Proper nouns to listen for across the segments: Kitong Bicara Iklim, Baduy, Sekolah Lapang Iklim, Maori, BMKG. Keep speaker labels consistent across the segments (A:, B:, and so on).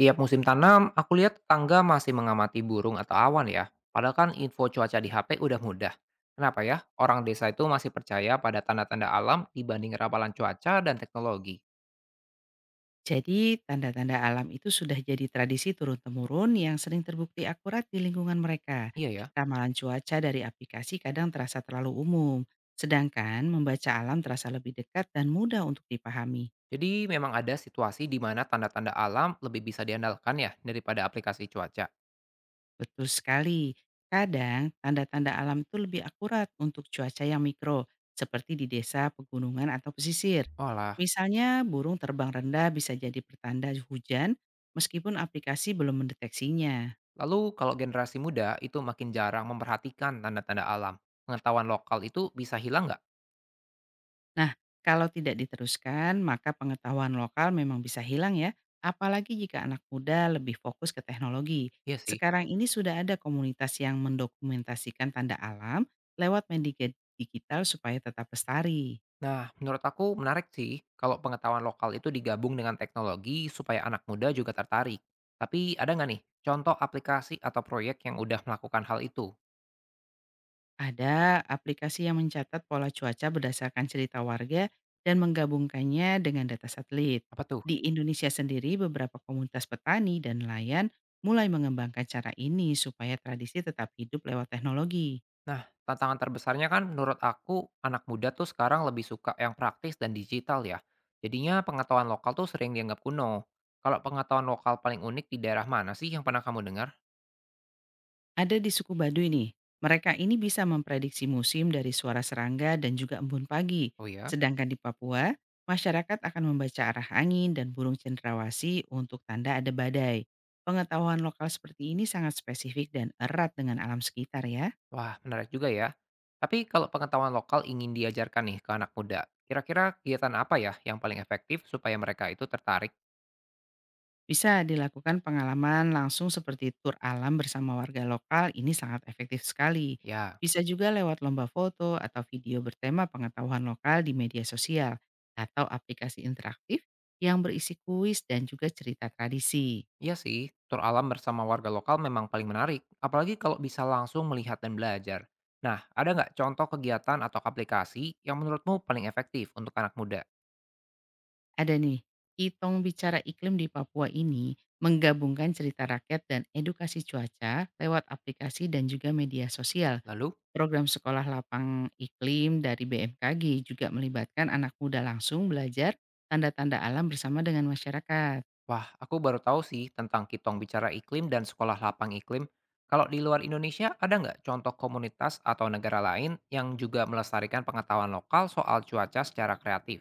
A: Tiap musim tanam, aku lihat tangga masih mengamati burung atau awan ya. Padahal kan info cuaca di HP udah mudah. Kenapa ya? Orang desa itu masih percaya pada tanda-tanda alam dibanding rapalan cuaca dan teknologi.
B: Jadi, tanda-tanda alam itu sudah jadi tradisi turun-temurun yang sering terbukti akurat di lingkungan mereka.
A: Iya ya.
B: Ramalan cuaca dari aplikasi kadang terasa terlalu umum, sedangkan membaca alam terasa lebih dekat dan mudah untuk dipahami.
A: Jadi memang ada situasi di mana tanda-tanda alam lebih bisa diandalkan ya daripada aplikasi cuaca.
B: Betul sekali, kadang tanda-tanda alam itu lebih akurat untuk cuaca yang mikro, seperti di desa, pegunungan, atau pesisir.
A: Olah.
B: Misalnya, burung terbang rendah bisa jadi pertanda hujan meskipun aplikasi belum mendeteksinya.
A: Lalu kalau generasi muda itu makin jarang memperhatikan tanda-tanda alam. Pengetahuan lokal itu bisa hilang nggak?
B: Nah, kalau tidak diteruskan, maka pengetahuan lokal memang bisa hilang ya, apalagi jika anak muda lebih fokus ke teknologi.
A: Iya sih.
B: Sekarang ini sudah ada komunitas yang mendokumentasikan tanda alam lewat media digital supaya tetap lestari.
A: Nah, menurut aku menarik sih kalau pengetahuan lokal itu digabung dengan teknologi supaya anak muda juga tertarik. Tapi ada nggak nih contoh aplikasi atau proyek yang udah melakukan hal itu?
B: Ada aplikasi yang mencatat pola cuaca berdasarkan cerita warga dan menggabungkannya dengan data satelit.
A: Apa tuh?
B: Di Indonesia sendiri, beberapa komunitas petani dan nelayan mulai mengembangkan cara ini supaya tradisi tetap hidup lewat teknologi.
A: Nah, tantangan terbesarnya kan menurut aku anak muda tuh sekarang lebih suka yang praktis dan digital ya. Jadinya pengetahuan lokal tuh sering dianggap kuno. Kalau pengetahuan lokal paling unik di daerah mana sih yang pernah kamu dengar?
B: Ada di suku Baduy nih, mereka ini bisa memprediksi musim dari suara serangga dan juga embun pagi.
A: Oh ya?
B: Sedangkan di Papua, masyarakat akan membaca arah angin dan burung cendrawasih untuk tanda ada badai. Pengetahuan lokal seperti ini sangat spesifik dan erat dengan alam sekitar ya.
A: Wah, menarik juga ya. Tapi kalau pengetahuan lokal ingin diajarkan nih ke anak muda, kira-kira kegiatan apa ya yang paling efektif supaya mereka itu tertarik?
B: Bisa dilakukan pengalaman langsung seperti tur alam bersama warga lokal, ini sangat efektif sekali.
A: Ya,
B: Bisa juga lewat lomba foto atau video bertema pengetahuan lokal di media sosial atau aplikasi interaktif yang berisi kuis dan juga cerita tradisi.
A: iya sih, tur alam bersama warga lokal memang paling menarik, apalagi kalau bisa langsung melihat dan belajar. Nah, ada nggak contoh kegiatan atau aplikasi yang menurutmu paling efektif untuk anak muda?
B: Ada nih, Kitong Bicara Iklim di Papua ini menggabungkan cerita rakyat dan edukasi cuaca lewat aplikasi dan juga media sosial.
A: Lalu?
B: Program sekolah lapang iklim dari BMKG juga melibatkan anak muda langsung belajar tanda-tanda alam bersama dengan masyarakat.
A: Wah, aku baru tahu sih tentang Kitong Bicara Iklim dan Sekolah Lapang Iklim. Kalau di luar Indonesia, ada nggak contoh komunitas atau negara lain yang juga melestarikan pengetahuan lokal soal cuaca secara kreatif?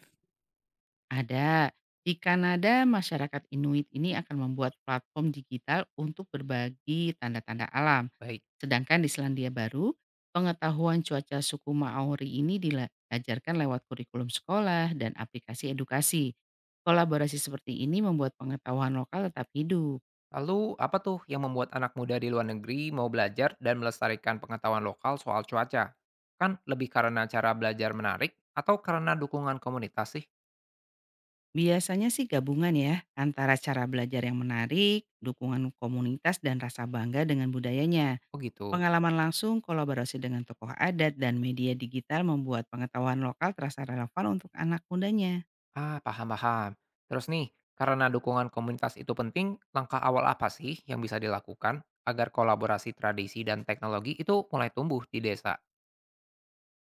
B: Ada di Kanada, masyarakat Inuit ini akan membuat platform digital untuk berbagi tanda-tanda alam.
A: Baik.
B: Sedangkan di Selandia Baru, pengetahuan cuaca suku Maori ini diajarkan lewat kurikulum sekolah dan aplikasi edukasi. Kolaborasi seperti ini membuat pengetahuan lokal tetap hidup.
A: Lalu, apa tuh yang membuat anak muda di luar negeri mau belajar dan melestarikan pengetahuan lokal soal cuaca? Kan lebih karena cara belajar menarik atau karena dukungan komunitas sih?
B: Biasanya sih gabungan ya, antara cara belajar yang menarik, dukungan komunitas dan rasa bangga dengan budayanya.
A: Oh gitu.
B: Pengalaman langsung, kolaborasi dengan tokoh adat dan media digital membuat pengetahuan lokal terasa relevan untuk anak mudanya.
A: Ah, paham-paham. Terus nih, karena dukungan komunitas itu penting, langkah awal apa sih yang bisa dilakukan agar kolaborasi tradisi dan teknologi itu mulai tumbuh di desa?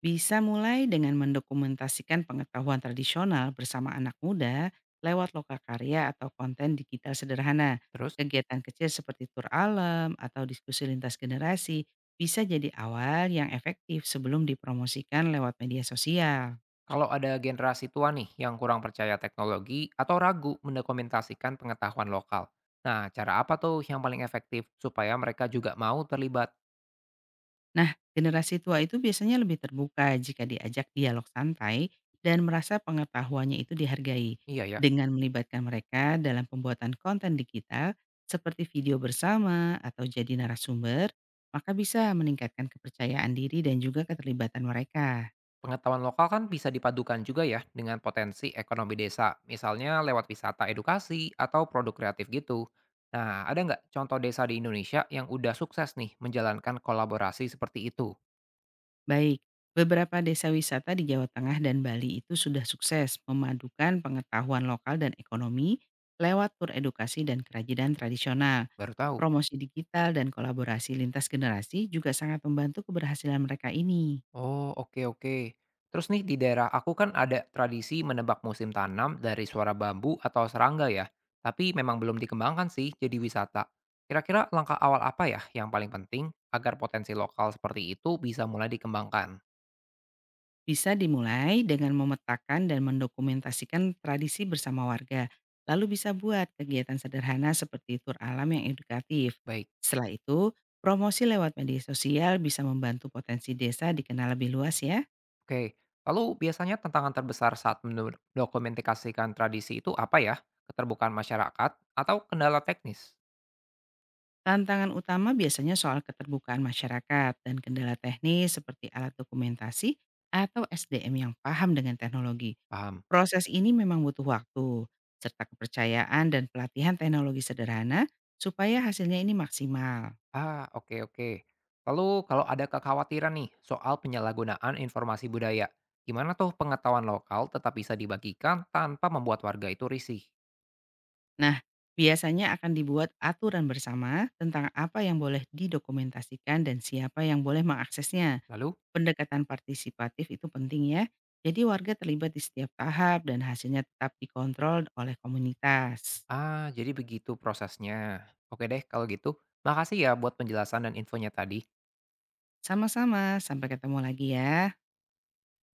B: Bisa mulai dengan mendokumentasikan pengetahuan tradisional bersama anak muda lewat lokal karya atau konten digital sederhana.
A: Terus,
B: Kegiatan kecil seperti tur alam atau diskusi lintas generasi bisa jadi awal yang efektif sebelum dipromosikan lewat media sosial.
A: kalau ada generasi tua nih yang kurang percaya teknologi atau ragu mendokumentasikan pengetahuan lokal. Nah, cara apa tuh yang paling efektif supaya mereka juga mau terlibat?
B: Nah, generasi tua itu biasanya lebih terbuka jika diajak dialog santai dan merasa pengetahuannya itu dihargai.
A: Iya ya.
B: Dengan melibatkan mereka dalam pembuatan konten digital seperti video bersama atau jadi narasumber, maka bisa meningkatkan kepercayaan diri dan juga keterlibatan mereka.
A: Pengetahuan lokal kan bisa dipadukan juga ya dengan potensi ekonomi desa, misalnya lewat wisata edukasi atau produk kreatif gitu. Nah, ada nggak contoh desa di Indonesia yang udah sukses nih menjalankan kolaborasi seperti itu?
B: Baik, beberapa desa wisata di Jawa Tengah dan Bali itu sudah sukses memadukan pengetahuan lokal dan ekonomi lewat tur edukasi dan kerajinan tradisional.
A: Baru tahu.
B: Promosi digital dan kolaborasi lintas generasi juga sangat membantu keberhasilan mereka ini.
A: Oh, oke oke. Terus nih di daerah aku kan ada tradisi menebak musim tanam dari suara bambu atau serangga ya. Tapi memang belum dikembangkan sih jadi wisata. Kira-kira langkah awal apa ya yang paling penting agar potensi lokal seperti itu bisa mulai dikembangkan?
B: Bisa dimulai dengan memetakan dan mendokumentasikan tradisi bersama warga, lalu bisa buat kegiatan sederhana seperti tur alam yang edukatif.
A: Baik.
B: Setelah itu, promosi lewat media sosial bisa membantu potensi desa dikenal lebih luas ya.
A: Oke, lalu biasanya tantangan terbesar saat mendokumentasikan tradisi itu apa ya? Keterbukaan masyarakat atau kendala teknis?
B: Tantangan utama biasanya soal keterbukaan masyarakat dan kendala teknis seperti alat dokumentasi atau SDM yang paham dengan teknologi.
A: Paham?
B: Proses ini memang butuh waktu, serta kepercayaan dan pelatihan teknologi sederhana supaya hasilnya ini maksimal.
A: Ah, oke oke. Lalu kalau ada kekhawatiran nih soal penyalahgunaan informasi budaya, gimana tuh pengetahuan lokal tetap bisa dibagikan tanpa membuat warga itu risih?
B: Nah, biasanya akan dibuat aturan bersama tentang apa yang boleh didokumentasikan dan siapa yang boleh mengaksesnya.
A: Lalu?
B: Pendekatan partisipatif itu penting ya. Jadi warga terlibat di setiap tahap dan hasilnya tetap dikontrol oleh komunitas.
A: Ah, jadi begitu prosesnya. Oke deh kalau gitu. Makasih ya buat penjelasan dan infonya tadi.
B: Sama-sama, sampai ketemu lagi ya.